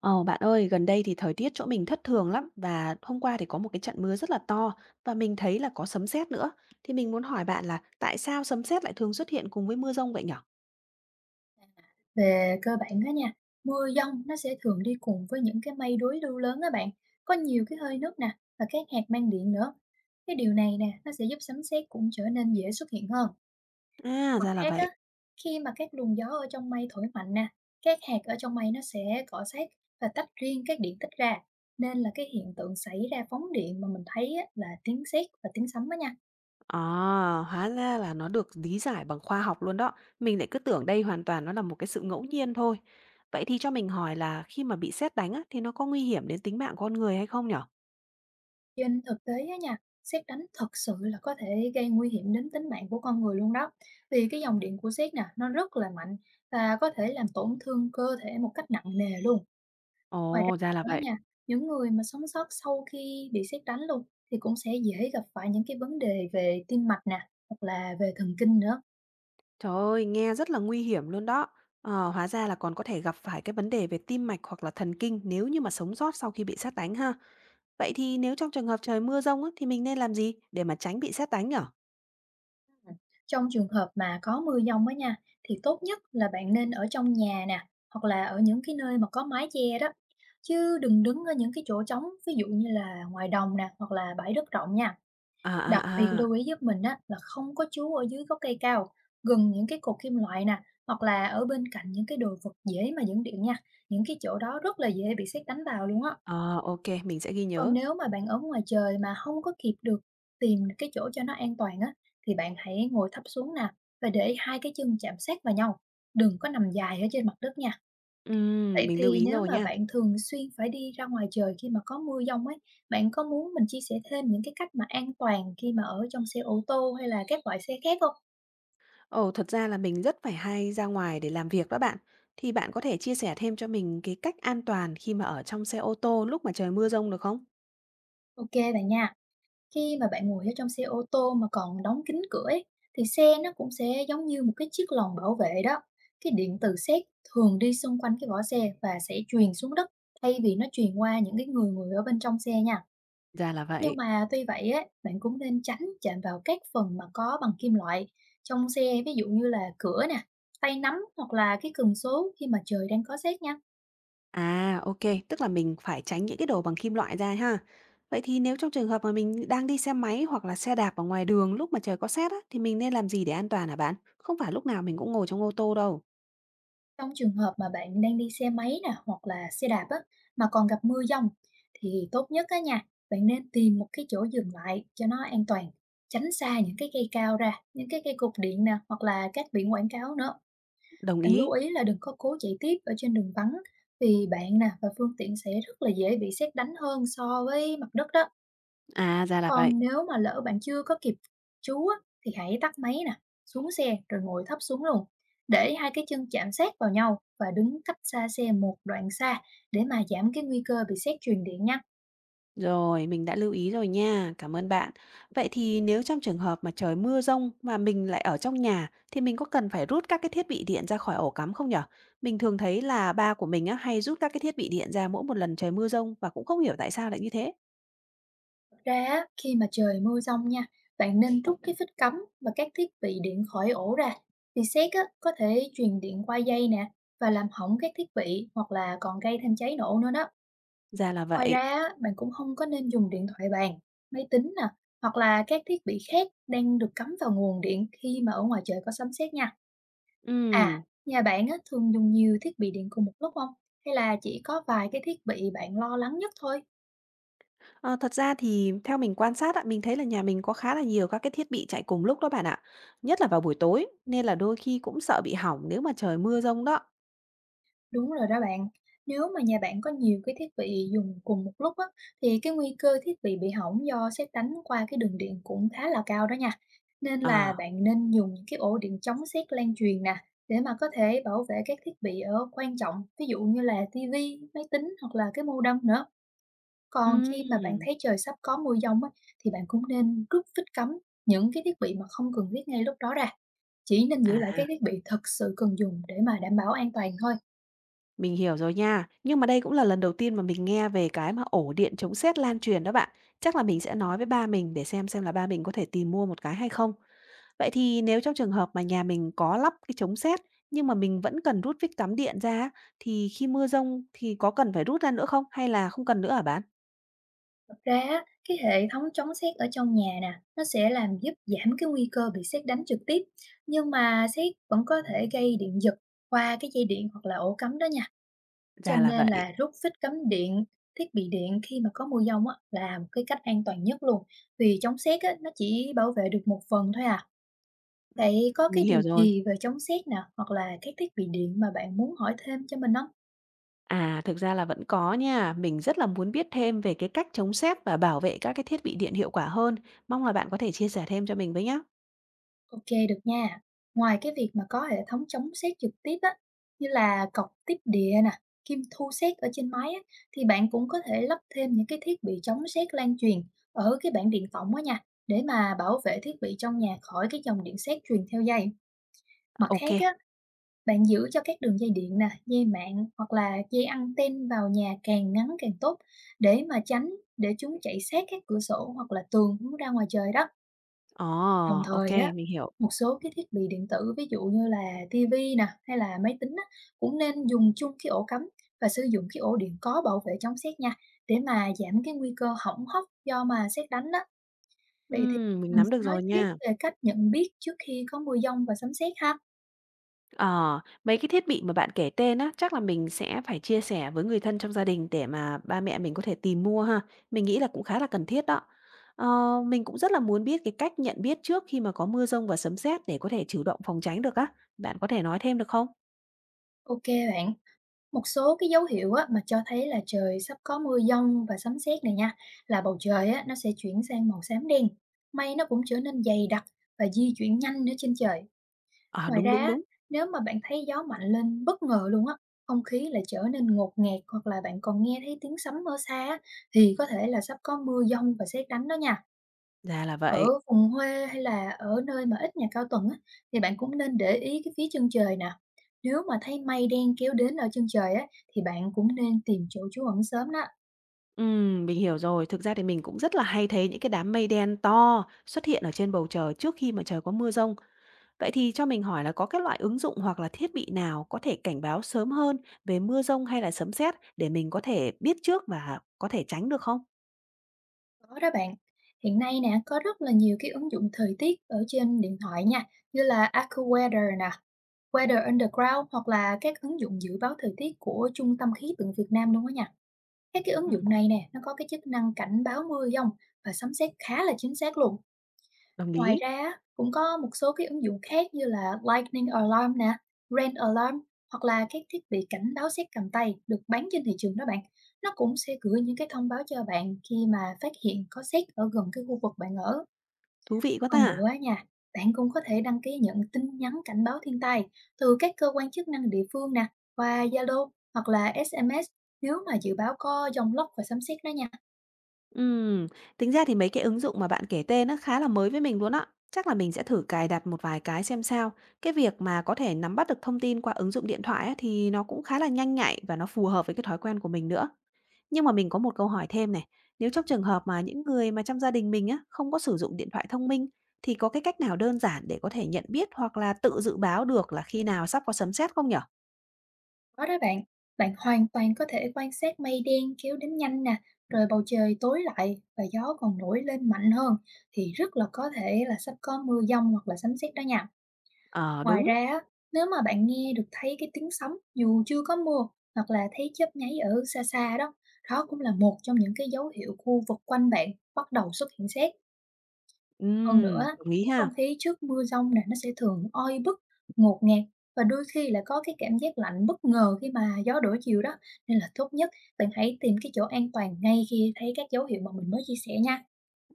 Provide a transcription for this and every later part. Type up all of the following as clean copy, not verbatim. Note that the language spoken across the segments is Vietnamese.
Ờ, bạn ơi, gần đây thì thời tiết chỗ mình thất thường lắm và hôm qua thì có một cái trận mưa rất là to và mình thấy là có sấm sét nữa. Thì mình muốn hỏi bạn là tại sao sấm sét lại thường xuất hiện cùng với mưa dông vậy nhở? Về cơ bản đó nha, mưa dông nó sẽ thường đi cùng với những cái mây đối lưu lớn á bạn, có nhiều cái hơi nước nè và các hạt mang điện nữa. Cái điều này nè, nó sẽ giúp sấm sét cũng trở nên dễ xuất hiện hơn. À, Mặt ra là khác á, vậy. khi mà các luồng gió ở trong mây thổi mạnh nè, các hạt ở trong mây nó sẽ cọ sát và tách riêng các điện tích ra, nên là cái hiện tượng xảy ra phóng điện mà mình thấy á, là tiếng sét và tiếng sấm đó nha. À, hóa ra là nó được lý giải bằng khoa học luôn đó. Mình lại cứ tưởng đây hoàn toàn nó là một cái sự ngẫu nhiên thôi. Vậy thì cho mình hỏi là khi mà bị sét đánh á, thì nó có nguy hiểm đến tính mạng con người hay không nhở? Trên thực tế á nha, sét đánh thật sự là có thể gây nguy hiểm đến tính mạng của con người luôn đó. Vì cái dòng điện của sét nè, nó rất là mạnh và có thể làm tổn thương cơ thể một cách nặng nề luôn. Ngoài ra Ồ, ra là nữa vậy. nha, những người mà sống sót sau khi bị sét đánh luôn thì cũng sẽ dễ gặp phải những cái vấn đề về tim mạch nè, hoặc là về thần kinh nữa. Trời ơi, nghe rất là nguy hiểm luôn đó. Ờ, hóa ra là còn có thể gặp phải cái vấn đề về tim mạch hoặc là thần kinh nếu như mà sống sót sau khi bị sét đánh ha. Vậy thì nếu trong trường hợp trời mưa dông á, thì mình nên làm gì để mà tránh bị sét đánh nhở? Ừm, Trong trường hợp mà có mưa dông á nha, thì tốt nhất là bạn nên ở trong nhà nè, hoặc là ở những cái nơi mà có mái che đó, chứ đừng đứng ở những cái chỗ trống, ví dụ như là ngoài đồng nè, hoặc là bãi đất rộng nha. À, Đặc biệt à, à. lưu ý giúp mình á là không có trú ở dưới gốc cây cao, gần những cái cột kim loại nè, hoặc là ở bên cạnh những cái đồ vật dễ mà dẫn điện nha, những cái chỗ đó rất là dễ bị sét đánh vào luôn á. Ờ, ok, mình sẽ ghi Còn nhớ. nếu mà bạn ở ngoài trời mà không có kịp được tìm cái chỗ cho nó an toàn á, thì bạn hãy ngồi thấp xuống nè và để hai cái chân chạm sát vào nhau, đừng có nằm dài ở trên mặt đất nha. Vậy Mình lưu thì ý nếu rồi mà nha. bạn thường xuyên phải đi ra ngoài trời khi mà có mưa dông ấy, bạn có muốn mình chia sẻ thêm những cái cách mà an toàn khi mà ở trong xe ô tô hay là các loại xe khác không? Ồ, thật ra là mình rất phải hay ra ngoài để làm việc đó bạn. Thì bạn có thể chia sẻ thêm cho mình cái cách an toàn khi mà ở trong xe ô tô lúc mà trời mưa dông được không? OK bạn nha. Khi mà bạn ngồi ở trong xe ô tô mà còn đóng kín cửa ấy, thì xe nó cũng sẽ giống như một cái chiếc lồng bảo vệ đó. Cái điện từ sét thường đi xung quanh cái vỏ xe và sẽ truyền xuống đất thay vì nó truyền qua những cái người ngồi ở bên trong xe nha. Ra là Nhưng vậy. mà tuy vậy á, bạn cũng nên tránh chạm vào các phần mà có bằng kim loại trong xe, ví dụ như là cửa nè, tay nắm hoặc là cái cần số khi mà trời đang có sét nha. À, ok. Tức là mình phải tránh những cái đồ bằng kim loại ra ha. Vậy thì nếu trong trường hợp mà mình đang đi xe máy hoặc là xe đạp ở ngoài đường lúc mà trời có sét á, thì mình nên làm gì để an toàn hả bạn? Không phải lúc nào mình cũng ngồi trong ô tô đâu. Trong trường hợp mà bạn đang đi xe máy nè, hoặc là xe đạp á, mà còn gặp mưa dông thì tốt nhất á nha, bạn nên tìm một cái chỗ dừng lại cho nó an toàn, tránh xa những cái cây cao ra, những cái cây cột điện nè, hoặc là các biển quảng cáo nữa. Đồng Bạn lưu ý. ý là đừng có cố chạy tiếp ở trên đường vắng vì bạn nè và phương tiện sẽ rất là dễ bị sét đánh hơn so với mặt đất đó. À, ra là vậy. Còn nếu mà lỡ bạn chưa có kịp chú á, thì hãy tắt máy nè, xuống xe rồi ngồi thấp xuống luôn. Để hai cái chân chạm sát vào nhau và đứng cách xa xe một đoạn xa để mà giảm cái nguy cơ bị sét truyền điện nha. Rồi, mình đã lưu ý rồi nha. Cảm ơn bạn. Vậy thì nếu trong trường hợp mà trời mưa giông mà mình lại ở trong nhà thì mình có cần phải rút các cái thiết bị điện ra khỏi ổ cắm không nhở? Mình thường thấy là ba của mình á hay rút các cái thiết bị điện ra mỗi một lần trời mưa giông và cũng không hiểu tại sao lại như thế. Thật ra á, khi mà trời mưa rông nha, bạn nên rút cái phích cắm và các thiết bị điện khỏi ổ ra. Vì sét á, có thể truyền điện qua dây nè và làm hỏng các thiết bị hoặc là còn gây thêm cháy nổ nữa đó. Ra là Ngoài ra vậy. á, bạn cũng không có nên dùng điện thoại bàn, máy tính nè, hoặc là các thiết bị khác đang được cắm vào nguồn điện khi mà ở ngoài trời có sấm sét nha. À, Ừm, nhà bạn á, thường dùng nhiều thiết bị điện cùng một lúc không? Hay là chỉ có vài cái thiết bị bạn lo lắng nhất thôi? ờ, thật ra thì theo mình quan sát ạ, mình thấy là nhà mình có khá là nhiều các cái thiết bị chạy cùng lúc đó bạn ạ. Nhất là vào buổi tối, nên là đôi khi cũng sợ bị hỏng nếu mà trời mưa giông đó. Đúng rồi đó bạn. Nếu mà nhà bạn có nhiều cái thiết bị dùng cùng một lúc á, thì cái nguy cơ thiết bị hỏng do sét đánh qua cái đường điện cũng khá là cao đó nha. Nên là Ờ, bạn nên dùng những cái ổ điện chống sét lan truyền nè, để mà có thể bảo vệ các thiết bị ở quan trọng, ví dụ như là tivi, máy tính hoặc là cái modem nữa. Còn khi mà bạn ừm. thấy trời sắp có mưa dông á, thì bạn cũng nên rút phích cấm những cái thiết bị mà không cần thiết ngay lúc đó ra. Chỉ nên À. giữ lại các thiết bị thật sự cần dùng để mà đảm bảo an toàn thôi. Mình hiểu rồi nha, nhưng mà đây cũng là lần đầu tiên mà mình nghe về cái mà ổ điện chống sét lan truyền đó bạn. Chắc là mình sẽ nói với ba mình để xem là ba mình có thể tìm mua một cái hay không. Vậy thì nếu trong trường hợp mà nhà mình có lắp cái chống sét nhưng mà mình vẫn cần rút vít cắm điện ra á, thì khi mưa dông thì có cần phải rút ra nữa không hay là không cần nữa hả bạn? Thật ra á, cái hệ thống chống sét ở trong nhà nè, nó sẽ làm giúp giảm cái nguy cơ bị sét đánh trực tiếp, nhưng mà sét vẫn có thể gây điện giật qua cái dây điện hoặc là ổ cắm đó nha. Cho Ra là nên vậy. là rút phích cắm điện, thiết bị điện khi mà có mưa dông á, là một cái cách an toàn nhất luôn. Vì chống sét á, nó chỉ bảo vệ được một phần thôi à. Ừm. Vậy có cái Mình điều hiểu rồi. gì về chống sét nè, hoặc là các thiết bị điện mà bạn muốn hỏi thêm cho mình không? À, thực ra là vẫn có nha. Mình rất là muốn biết thêm về cái cách chống sét và bảo vệ các cái thiết bị điện hiệu quả hơn. Mong là bạn có thể chia sẻ thêm cho mình với nhé. OK, được nha. Ngoài cái việc mà có hệ thống chống sét trực tiếp á, như là cọc tiếp địa nè, kim thu sét ở trên máy á, thì bạn cũng có thể lắp thêm những cái thiết bị chống sét lan truyền ở cái bảng điện tổng á nha, để mà bảo vệ thiết bị trong nhà khỏi cái dòng điện sét truyền theo dây. Mặt Ok. khác á, bạn giữ cho các đường dây điện nè, dây mạng hoặc là dây anten vào nhà càng ngắn càng tốt để mà tránh để chúng chạy sát các cửa sổ hoặc là tường hướng ra ngoài trời đó. Ờ, Đồng ô, thời á, mình hiểu. một số cái thiết bị điện tử ví dụ như là tivi nè, hay là máy tính á, cũng nên dùng chung cái ổ cắm và sử dụng cái ổ điện có bảo vệ chống sét nha, để mà giảm cái nguy cơ hỏng hóc do mà sét đánh á. Vậy thì Mình mình nắm sẽ được nói rồi tiếp nha. về cách nhận biết trước khi có mưa dông và sấm sét ha. Ờ, mấy cái thiết bị mà bạn kể tên á, chắc là mình sẽ phải chia sẻ với người thân trong gia đình để mà ba mẹ mình có thể tìm mua ha. Mình nghĩ là cũng khá là cần thiết đó. Ờ, mình cũng rất là muốn biết cái cách nhận biết trước khi mà có mưa rông và sấm sét để có thể chủ động phòng tránh được á. Bạn có thể nói thêm được không? OK bạn, một số cái dấu hiệu á, mà cho thấy là trời sắp có mưa dông và sấm sét này nha, là bầu trời á, nó sẽ chuyển sang màu xám đen, mây nó cũng trở nên dày đặc và di chuyển nhanh nữa trên trời. Ờ, Ngoài đúng, ra đúng, á, đúng, nếu mà bạn thấy gió mạnh lên bất ngờ luôn á, không khí lại trở nên ngột ngạt hoặc là bạn còn nghe thấy tiếng sấm ở xa á, thì có thể là sắp có mưa dông và sét đánh đó nha. ra là Ở vậy. vùng quê hay là ở nơi mà ít nhà cao tầng á, thì bạn cũng nên để ý cái phía chân trời nè. Nếu mà thấy mây đen kéo đến ở chân trời á, thì bạn cũng nên tìm chỗ trú ẩn sớm đó. Mình hiểu rồi. Thực ra thì mình cũng rất là hay thấy những cái đám mây đen to xuất hiện ở trên bầu trời trước khi mà trời có mưa rông. Vậy thì cho mình hỏi là có các loại ứng dụng hoặc là thiết bị nào có thể cảnh báo sớm hơn về mưa rông hay là sấm sét để mình có thể biết trước và có thể tránh được không? Có đó bạn. Hiện nay nè, có rất là nhiều cái ứng dụng thời tiết ở trên điện thoại nha, như là AccuWeather nè, Weather Underground hoặc là các ứng dụng dự báo thời tiết của Trung tâm Khí tượng Việt Nam luôn đó nha. Các cái ứng Ừm. dụng này nè, nó có cái chức năng cảnh báo mưa dông và sấm sét khá là chính xác luôn. Đồng Ngoài ý, ra á, cũng có một số cái ứng dụng khác như là Lightning Alarm nè, Rain Alarm hoặc là các thiết bị cảnh báo sét cầm tay được bán trên thị trường đó bạn. Nó cũng sẽ gửi những cái thông báo cho bạn khi mà phát hiện có sét ở gần cái khu vực bạn ở. thú vị quá Hơn nữa ta. á nha, bạn cũng có thể đăng ký nhận tin nhắn cảnh báo thiên tai từ các cơ quan chức năng địa phương nè, qua Zalo hoặc là SMS nếu mà dự báo có dông lốc và sấm sét đó nha. Ừm, tính ra thì mấy cái ứng dụng mà bạn kể tên nó khá là mới với mình luôn á. Chắc là mình sẽ thử cài đặt một vài cái xem sao. Cái việc mà có thể nắm bắt được thông tin qua ứng dụng điện thoại á, thì nó cũng khá là nhanh nhạy và nó phù hợp với cái thói quen của mình nữa. Nhưng mà mình có một câu hỏi thêm này, nếu trong trường hợp mà những người mà trong gia đình mình á không có sử dụng điện thoại thông minh thì có cái cách nào đơn giản để có thể nhận biết hoặc là tự dự báo được là khi nào sắp có sấm sét không nhở? Có đó bạn, bạn hoàn toàn có thể quan sát mây đen kéo đến nhanh nè, rồi bầu trời tối lại và gió còn nổi lên mạnh hơn thì rất là có thể là sắp có mưa dông hoặc là sấm sét đó nha. Ờ Ngoài đúng. ra, á, nếu mà bạn nghe được thấy cái tiếng sấm dù chưa có mưa hoặc là thấy chớp nháy ở xa xa đó, đó cũng là một trong những cái dấu hiệu khu vực quanh bạn bắt đầu xuất hiện sét. Hơn nữa Đồng ý cái không ha. khí trước mưa giông này nó sẽ thường oi bức, ngột ngạt và đôi khi là có cái cảm giác lạnh bất ngờ khi mà gió đổi chiều đó. Nên là tốt nhất bạn hãy tìm cái chỗ an toàn ngay khi thấy các dấu hiệu mà mình mới chia sẻ nha.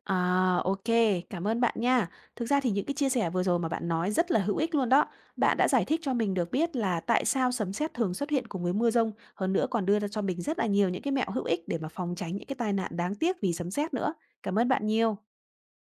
À, ok, cảm ơn bạn nha. Thực ra thì những cái chia sẻ vừa rồi mà bạn nói rất là hữu ích luôn đó. Bạn đã giải thích cho mình được biết là tại sao sấm sét thường xuất hiện cùng với mưa rông, hơn nữa còn đưa ra cho mình rất là nhiều những cái mẹo hữu ích để mà phòng tránh những cái tai nạn đáng tiếc vì sấm sét nữa. Cảm ơn bạn nhiều.